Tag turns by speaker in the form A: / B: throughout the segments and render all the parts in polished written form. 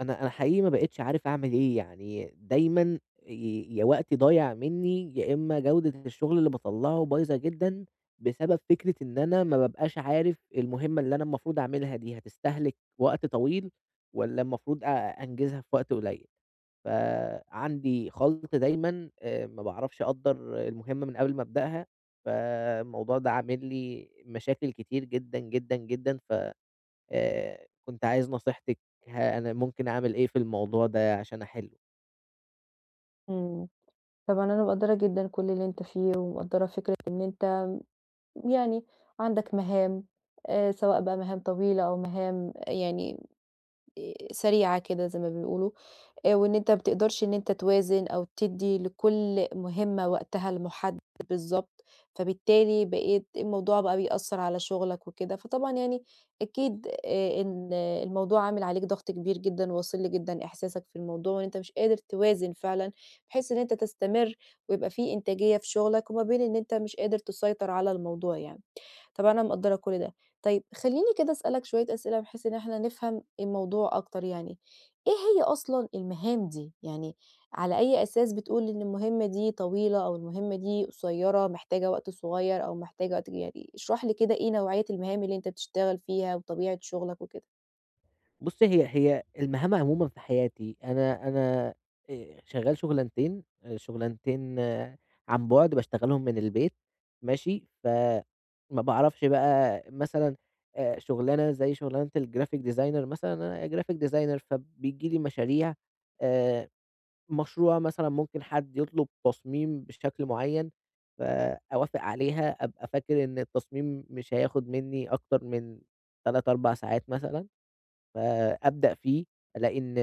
A: أنا حقيقي ما بقيتش عارف أعمل إيه، يعني دايمًا يا وقتي ضايع منّي، يا إمّا جودة الشغل اللي باطلّعه بايظة جدًا، بسبب فكرة إن أنا ما بابقاش عارف المهمة اللي أنا المفروض أعملها دي هتستهلك وقت طويل والّا المفروض أنجزها في وقت قليل، فعندي خلْط دايمًا، ما باعرفش أقدّر المهمة من قبل ما أبدأها، فالموضوع ده عامل لي مشاكل كتير جدًا، جدًا، جدًا، ف كنت عايز نصيحتِك، أنا ممكن أعمل إيه في الموضوع ده عشان أحلّه؟
B: إمم. طبعًا أنا مقدّرة جدًا كل اللي أنت فيه، ومقدّرة فكرة إن أنت يعني عندك مهام، سواء بقى مهام طويلة أو مهام يعني سريعة كده زي ما بيقولوا، وإن أنت ما بتقدرش إن أنت توازن أو تدّي لكل مهمة وقتها المُحدد بالضبط، فبالتالي بقيت الموضوع بقى بيأثّر على شُغلك وكده، فطبعًا يعني أكيد إن الموضوع عامل عليك ضغط كبير جدًا، واصل لي جدًا إحساسك في الموضوع وإن أنت مش قادر توازن فعلًا، بحيث إن أنت تستمر ويبقى في إنتاجية في شُغلك وما بين إن أنت مش قادر تسيطر على الموضوع يعني. طبعًا أنا مقدّرة كل ده. طيب خلّيني كده أسألك شوية أسئلة بحيث إن إحنا نفهم الموضوع أكتر يعني، إيه هي أصلًا المهام دي؟ يعني على أي أساس بتقول إن المهمة دي طويلة أو المهمة دي قصيّرة، محتاجة وقت صغيّر أو محتاجة وقت كبير؟ يعني اشرح لي كده إيه نوعية المهام اللي أنت بتشتغل فيها وطبيعة شغلك وكده.
A: بُصّي، هي المهام عمومًا في حياتي أنا شغّال شُغلانتين، شُغلانتين، عن بُعد باشتغلهم من البيت. ماشي، فما باعرفش بقى مثلًا شُغلانة زي شُغلانة الgraphic designer مثلًا. أنا graphic designer فبييجي لي مشاريع. آآ مشروع مثلًا ممكن حد يطلب تصميم بشكل معيّن، فأوافق عليها، أبقى فاكر إن التصميم مش هياخد منّي أكتر من 3، 4 ساعات مثلًا. فأبدأ فيه، ألاقي إن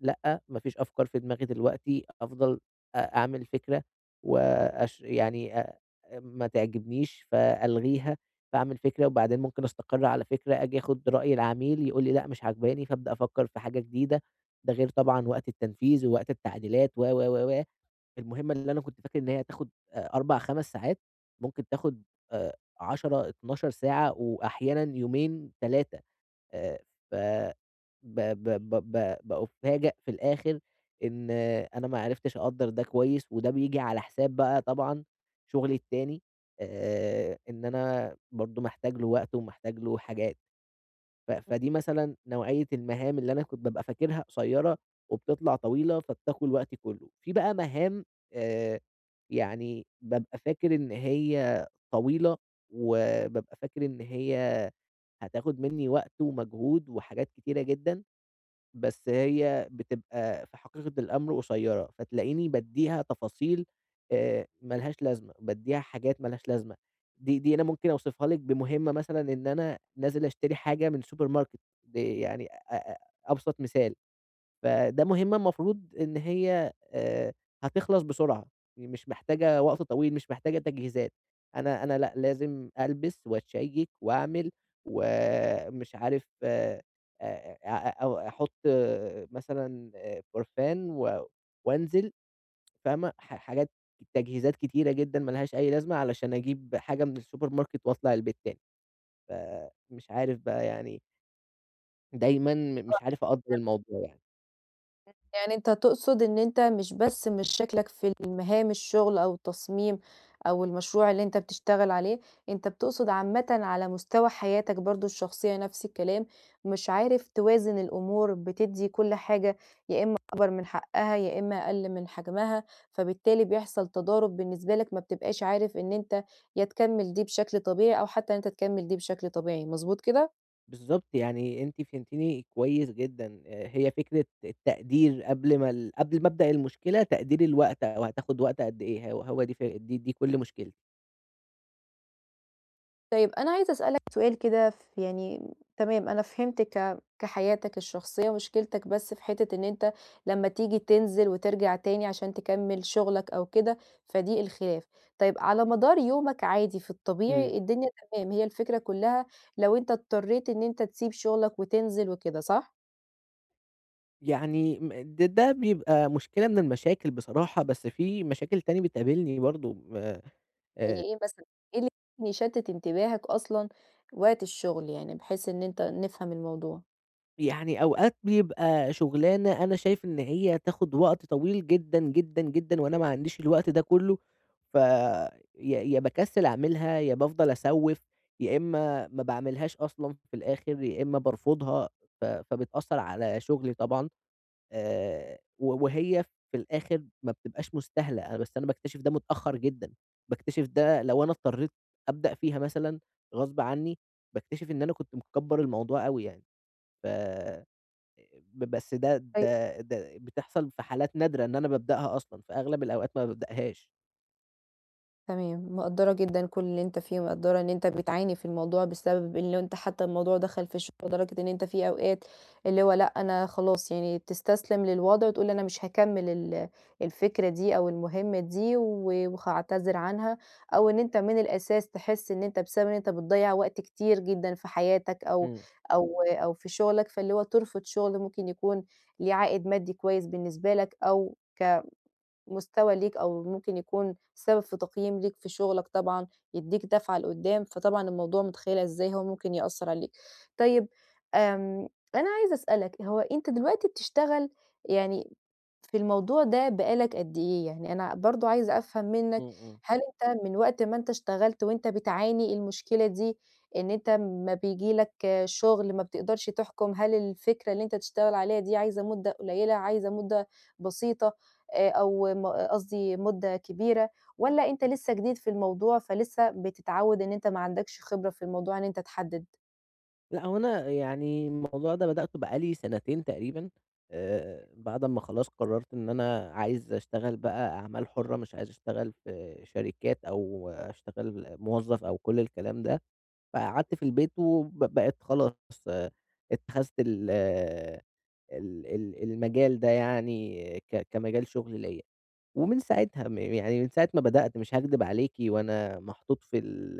A: لأ، ما فيش أفكار في دماغي دلوقتي، أفضل أعمل فكرة يعني ما تعجبنيش فألغيها، فأعمل فكرة وبعدين ممكن أستقر على فكرة، آجي آخد رأي العميل يقول لي لأ مش عاجباني، فأبدأ أفكر في حاجة جديدة، ده غير طبعًا وقت التنفيذ ووقت التعديلات و. المهمة اللي أنا كنت فاكر إن هي هتاخد 4، 5 ساعات، ممكن تاخد آآ 10، 12 ساعة وأحيانًا يومين، 3. آآ ف ب ب ب ب بأُفاجأ في الآخر إن أنا ما عرفتش أقدّر ده كويس، وده بييجي على حساب بقى طبعًا شغلي التاني، إن أنا برضه محتاج له وقت ومحتاج له حاجات، فدي مثلًا نوعية المهام اللي أنا كنت بابقى فاكرها قصيّرة وبتطلع طويلة، فبتاكل وقتي كُلّه. في بقى مهام، آآ يعني بابقى فاكر إن هي طويلة، وبابقى فاكر إن هي هتاخد منّي وقت ومجهود وحاجات كتيرة جدًا، بس هي بتبقى في حقيقة الأمر قصيّرة، فتلاقيني بادّيها تفاصيل ما لهاش لازمة، بادّيها حاجات ما لهاش لازمة. دي أنا ممكن أوصفها لِك بمهمة مثلًا إن أنا نازل أشتري حاجة من سوبر ماركت، يعني أ أ أبسط مثال. فده مهمة المفروض إن هي هتخلص بسرعة، مش محتاجة وقت طويل، مش محتاجة تجهيزات. أنا لأ، لازم ألبس وأتشيك وأعمل، ومش عارف أ أ أحط مثلًا برفان وأنزل. فاهمة؟ حاجات، تجهيزات كتيرة جدًا ما لهاش أي لازمة علشان أجيب حاجة من السوبر ماركت وأطلع البيت تاني، فمش عارف بقى يعني دايمًا مش عارف أقدّر الموضوع يعني.
B: يعني أنت تقصد إن أنت مش بس مش شكلك في المهام الشغل أو التصميم أو المشروع اللي أنت بتشتغل عليه، أنت بتقصد عامةً على مستوى حياتك برضه الشخصية نفس الكلام، مش عارف توازن الأمور، بتدّي كل حاجة يا إما أكبر من حقها، يا إما أقل من حجمها، فبالتالي بيحصل تضارب بالنسبة لك ما بتبقاش عارف إن أنت يا تكمّل دي بشكل طبيعي أو حتى إن أنت تكمّل دي بشكل طبيعي، مضبوط كده؟
A: بالضبط، يعني أنتِ فهمتيني كويس جدًا، هي فكرة التقدير قبل ما أبدأ المشكلة، تقدير الوقت أو هتاخد وقت قد إيه، هو دي ف دي كل مشكلتي.
B: طيب أنا عايزة أسألك سؤال كده ف يعني تمام أنا فهمت كحياتك الشخصية مشكلتك بس في حتة إن أنت لمّا تيجي تنزل وترجع تاني عشان تكمّل شغلك أو كده، فدي الخلاف. طيب على مدار يومك عادي في
A: إمم،
B: الطبيعي الدنيا تمام، هي الفكرة كلّها لو أنت اضطريت إن أنت تسيب شغلك وتنزل وكده صح؟
A: يعني م د ده بيبقى مشكلة من المشاكل بصراحة، بس في مشاكل تاني بتقابلني برضه، م
B: زي
A: آآ
B: إيه مثلًا؟ إيه اللي ممكن يشتت انتباهك أصلًا وقت الشغل يعني بحيث إن أنت نفهم الموضوع؟
A: يعني أوقات بيبقى شُغلانة أنا شايف إن هي تاخُد وقت طويل جدًا، جدًا، جدًا، وأنا ما عنديش الوقت ده كُلّه، ف يا يا باكسِّل أعملها، يا بافضل أسوِّف، يا إمّا ما باعملهاش أصلًا في الآخِر، يا إمّا بارفضها، فبتأثّر على شُغلي طبعًا، و وهي في الآخِر ما بتبقاش مستاهلة، أنا بس أنا باكتشف ده متأخّر جدًا، باكتشف ده لو أنا اضطريت أبدأ فيها مثلًا غصب عنّي، باكتشف إن أنا كنت مكبّر الموضوع أوي يعني، ف ب بس ده بتحصل في حالات نادرة إن أنا بابدأها أصلًا، في أغلب الأوقات ما بابدأهاش.
B: تمام، مقدّرة جدًا كل اللي أنت فيه، ومقدّرة إن أنت بتعاني في الموضوع بسبب إن أنت حتى الموضوع دخل في الشغل لدرجة إن أنت في أوقات اللي هو لأ، أنا خلاص يعني بتستسلم للوضع وتقول أنا مش هاكمّل الفكرة دي أو المهمة دي وهاعتذر عنها، أو إن أنت من الأساس تحس إن أنت بسبب إن أنت بتضيّع وقت كتير جدًا في حياتك أو
A: إمم،
B: أو في شغلك، فاللي هو ترفض شغل ممكن يكون ليه عائد مادي كويس بالنسبة لك أو ك مستوى ليك أو ممكن يكون سبب في تقييم ليك في شغلك طبعًا، يدّيك دفعة لقدّام، فطبعًا الموضوع متخيّلة إزاي هو ممكن يأثّر عليك. طيب آمم، أنا عايزة أسألك، هو أنت دلوقتي بتشتغل يعني في الموضوع ده بقى لك قد إيه؟ يعني أنا برضه عايزة أفهم منّك،
A: إمم، إمم.
B: هل أنت من وقت ما أنت اشتغلت وأنت بتعاني المشكلة دي، إن أنت أمّا بييجي لك شغل ما بتقدرش تحكم هل الفكرة اللي أنت تشتغل عليها دي عايزة مدة قليّلة، عايزة مدة بسيطة؟ أو م آه، قصدي مدة كبيرة، والّا أنت لسه جديد في الموضوع فلسه بتتعوّد إن أنت ما عندكش خبرة في الموضوع إن أنت تحدد؟
A: لأ، هو أنا يعني الموضوع ده بدأته بقى لي سنتين تقريبًا، بعد أمّا خلاص قررت إن أنا عايز أشتغل بقى أعمال حُرة، مش عايز أشتغل في شركات أو أشتغل موظف أو كل الكلام ده، فقعدت في البيت بقيت خلاص، آه، اتخذت ال ال المجال ده يعني كمجال شغل ليّا. ومن ساعتها يعني من ساعة ما بدأت مش هاكدب عليكِ وأنا محطوط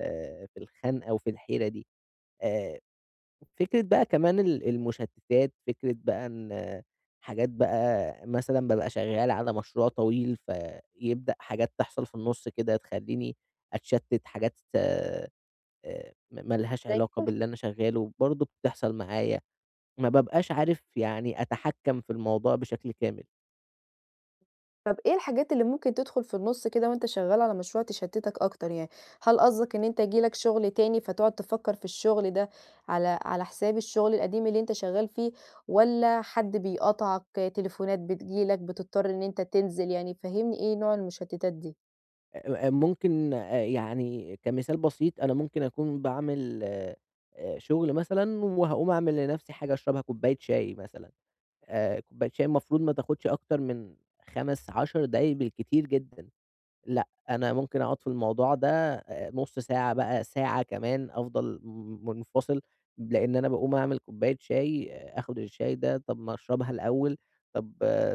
A: في الخنقة وفي الحيرة دي. آآ فكرة بقى كمان المشتتات، فكرة بقى إن حاجات بقى مثلًا بابقى شغّال على مشروع طويل، فيبدأ حاجات تحصل في النُص كده تخلّيني أتشتت، حاجات ما لهاش
B: زي
A: علاقة باللي أنا شغّاله برضه بتحصل معايا، ما بابقاش عارف يعني أتحكّم في الموضوع بشكل كامل.
B: طب إيه الحاجات اللي ممكن تدخل في النُص كده وأنت شغّال على مشروع تشتتك أكتر يعني؟ هل قصدك إن أنت ييجي لك شغل تاني فتقعد تفكّر في الشغل ده على حساب الشغل القديم اللي أنت شغّال فيه، والّا حد بيقاطعك، تليفونات بتيجي لك بتضطر إن أنت تنزل يعني فهّمني إيه نوع المشتتات دي؟
A: ممكن يعني كمثال بسيط، أنا ممكن أكون باعمل شغل مثلًا وهاقوم أعمل لنفسي حاجة أشربها كوباية شاي مثلًا، كوباية شاي المفروض ما تاخدش أكتر من 5، 10 دقايق بالكتير جدًا. لأ، أنا ممكن أقعد في الموضوع ده نُص ساعة بقى، ساعة كمان أفضل منفصل، لإن أنا باقوم أعمل كوباية شاي، آخد الشاي ده طَب ما أشربها الأول، طَب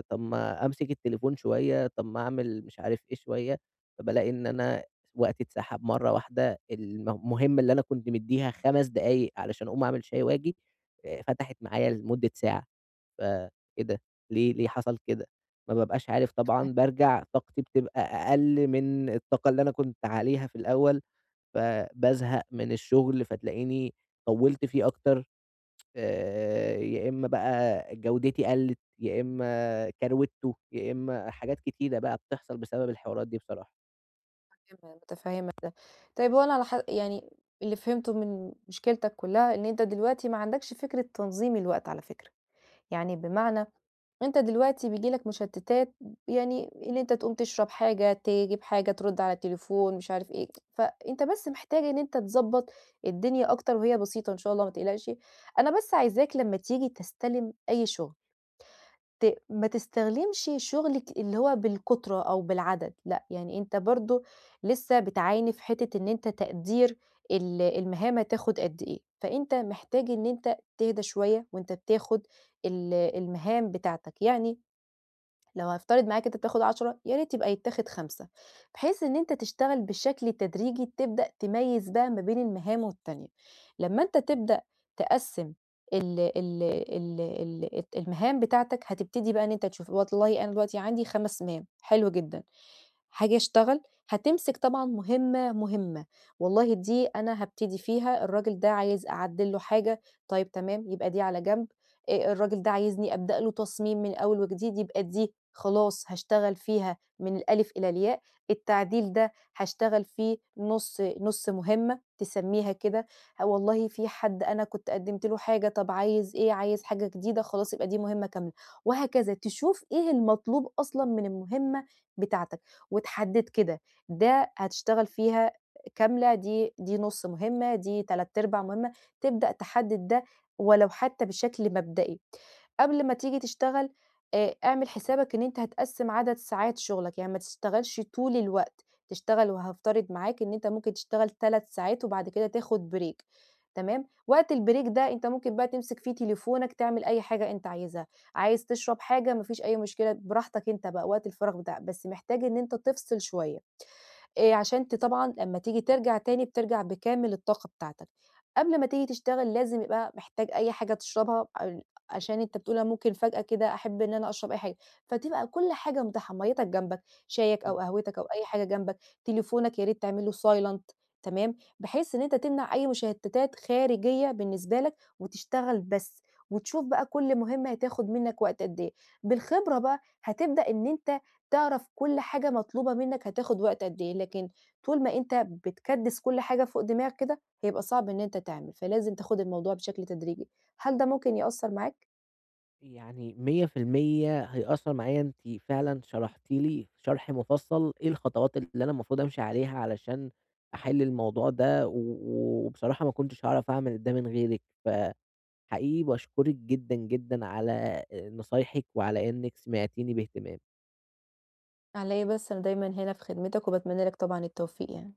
A: طَب ما أمسك التليفون شوية، طَب ما أعمل مش عارف إيه شوية، فبالاقي إن أنا وقتي اتسحب مرّة واحدة، المهمة اللي أنا كنت مدّيها 5 دقايق علشان أقوم أعمل شاي وآجي، فتحت معايا لمدة ساعة. فإيه ده! ليه حصل كده؟ ما بابقاش عارف
B: فاهماك.
A: طبعًا، بارجع طاقتي بتبقى أقل من الطاقة اللي أنا كنت عليها في الأول، فبازهق من الشغل، فتلاقيني طوّلت فيه أكتر، يا إمّا بقى جودتي قلّت، يا إمّا كروِتّه، يا إمّا حاجات كتيرة بقى بتحصل بسبب الحوارات دي بصراحة.
B: متفهمة، متفهمة. طيب هو أنا على ح يعني اللي فهمته من مشكلتك كلّها إن أنت دلوقتي ما عندكش فكرة تنظيم الوقت على فكرة، يعني بمعنى أنت دلوقتي بييجي لك مشتتات يعني إن أنت تقوم تشرب حاجة، تجيب حاجة، ترد على التليفون، مش عارف إيه، فأنت بس محتاج إن أنت تضبّط الدنيا أكتر وهي بسيطة إن شاء الله ما تقلقش، أنا بس عايزاك لمّا تيجي تستلم أي شغل ما تستغلمش شغلِك اللي هو بالكُترة أو بالعدد، لأ، يعني أنت برضه لسه بتعاني في حتّة إن أنت تقدير المهام هتاخد قد إيه، فأنت محتاج إن أنت تهدى شوية وأنت بتاخد المهام بتاعتك، يعني لو هافترض معاك أنت بتاخد 10 يا ريت يبقى يتاخد 5 بحيث إن أنت تشتغل بشكل تدريجي تبدأ تميّز بقى ما بين المهام والتانية، لمّا أنت تبدأ تقسّم ال ال ال ال الت المهام بتاعتك هتبتدي بقى إن أنت تشوف والله أنا دلوقتي عندي 5 مهام حلو جدًا، هاجي أشتغل هتمسك طبعًا مهمة، مهمة، والله دي أنا هابتدي فيها الراجل ده عايز أعدّل له حاجة، طيب تمام يبقى دي على جنب، الراجل ده عايزني أبدأ له تصميم من أول وجديد، يبقى دي خلاص هاشتغل فيها من الألِف إلى الياء، التعديل ده هاشتغل فيه نُص نُص مهمة تسمّيها كده، آه والله في حد أنا كنت قدّمت له حاجة، طَب عايز إيه، عايز حاجة جديدة، خلاص يبقى دي مهمة كاملة، وهكذا. تشوف إيه المطلوب أصلًا من المهمة بتاعتك، وتحدد كده، ده هتشتغل فيها كاملة، دي نُص مهمة، دي تلات أرباع مهمة، تبدأ تحدد ده ولو حتى بشكل مبدئي. قبل ما تيجي تشتغل اعمل حسابك إن أنت هتقسّم عدد ساعات شغلك، يعني ما تشتغلش طول الوقت، تشتغل وهافترض معاك إن أنت ممكن تشتغل 3 ساعات وبعد كده تاخد break، تمام؟ وقت الbreak ده أنت ممكن بقى تمسك فيه تليفونك، تعمل أي حاجة أنت عايزها، عايز تشرب حاجة ما فيش أي مشكلة براحتك أنت بقى وقت الفراغ بتاعك، بس محتاج إن أنت تفصل شوية. عشان أنت طبعًا لمّا تيجي ترجع تاني بترجع بكامل الطاقة بتاعتك. قبل ما تيجي تشتغل لازم يبقى محتاج أي حاجة تشربها عشان أنت بتقول أنا ممكن فجأة كده أحب إن أنا أشرب أي حاجة، فتبقى كل حاجة متاحة، مَيّتك جنبك، شايك أو قهوتك أو أي حاجة جنبك، تليفونك يا ريت تعمله silent، تمام، بحيث إن أنت تمنع أي مشتتات خارجية بالنسبة لك وتشتغل بس، وتشوف بقى كل مهمة هتاخد منك وقت قد إيه. بالخبرة بقى هتبدأ إن أنت تعرف كل حاجة مطلوبة منك هتاخد وقت قد إيه، لكن طول ما أنت بتكدِّس كل حاجة فوق دماغك كده، هيبقى صعب إن أنت تعمل، فلازم تاخد الموضوع بشكل تدريجي. هل ده ممكن يأثّر معاك؟
A: يعني 100% هيأثّر معايا، أنتِ فعلًا شرحتِ لي شرح مفصّل إيه الخطوات اللي أنا المفروض أمشي عليها علشان أحِل الموضوع ده، وبصراحة ما كنتش هاعرف أعمل ده من غيرِك، فحقيقي باشكرِك جدًا، جدًا على نصايحِك وعلى إنِّك سمعتيني باهتمام.
B: على إيه بس، أنا دايمًا هنا في خدمتك وباتمنى لك طبعًا التوفيق يعني.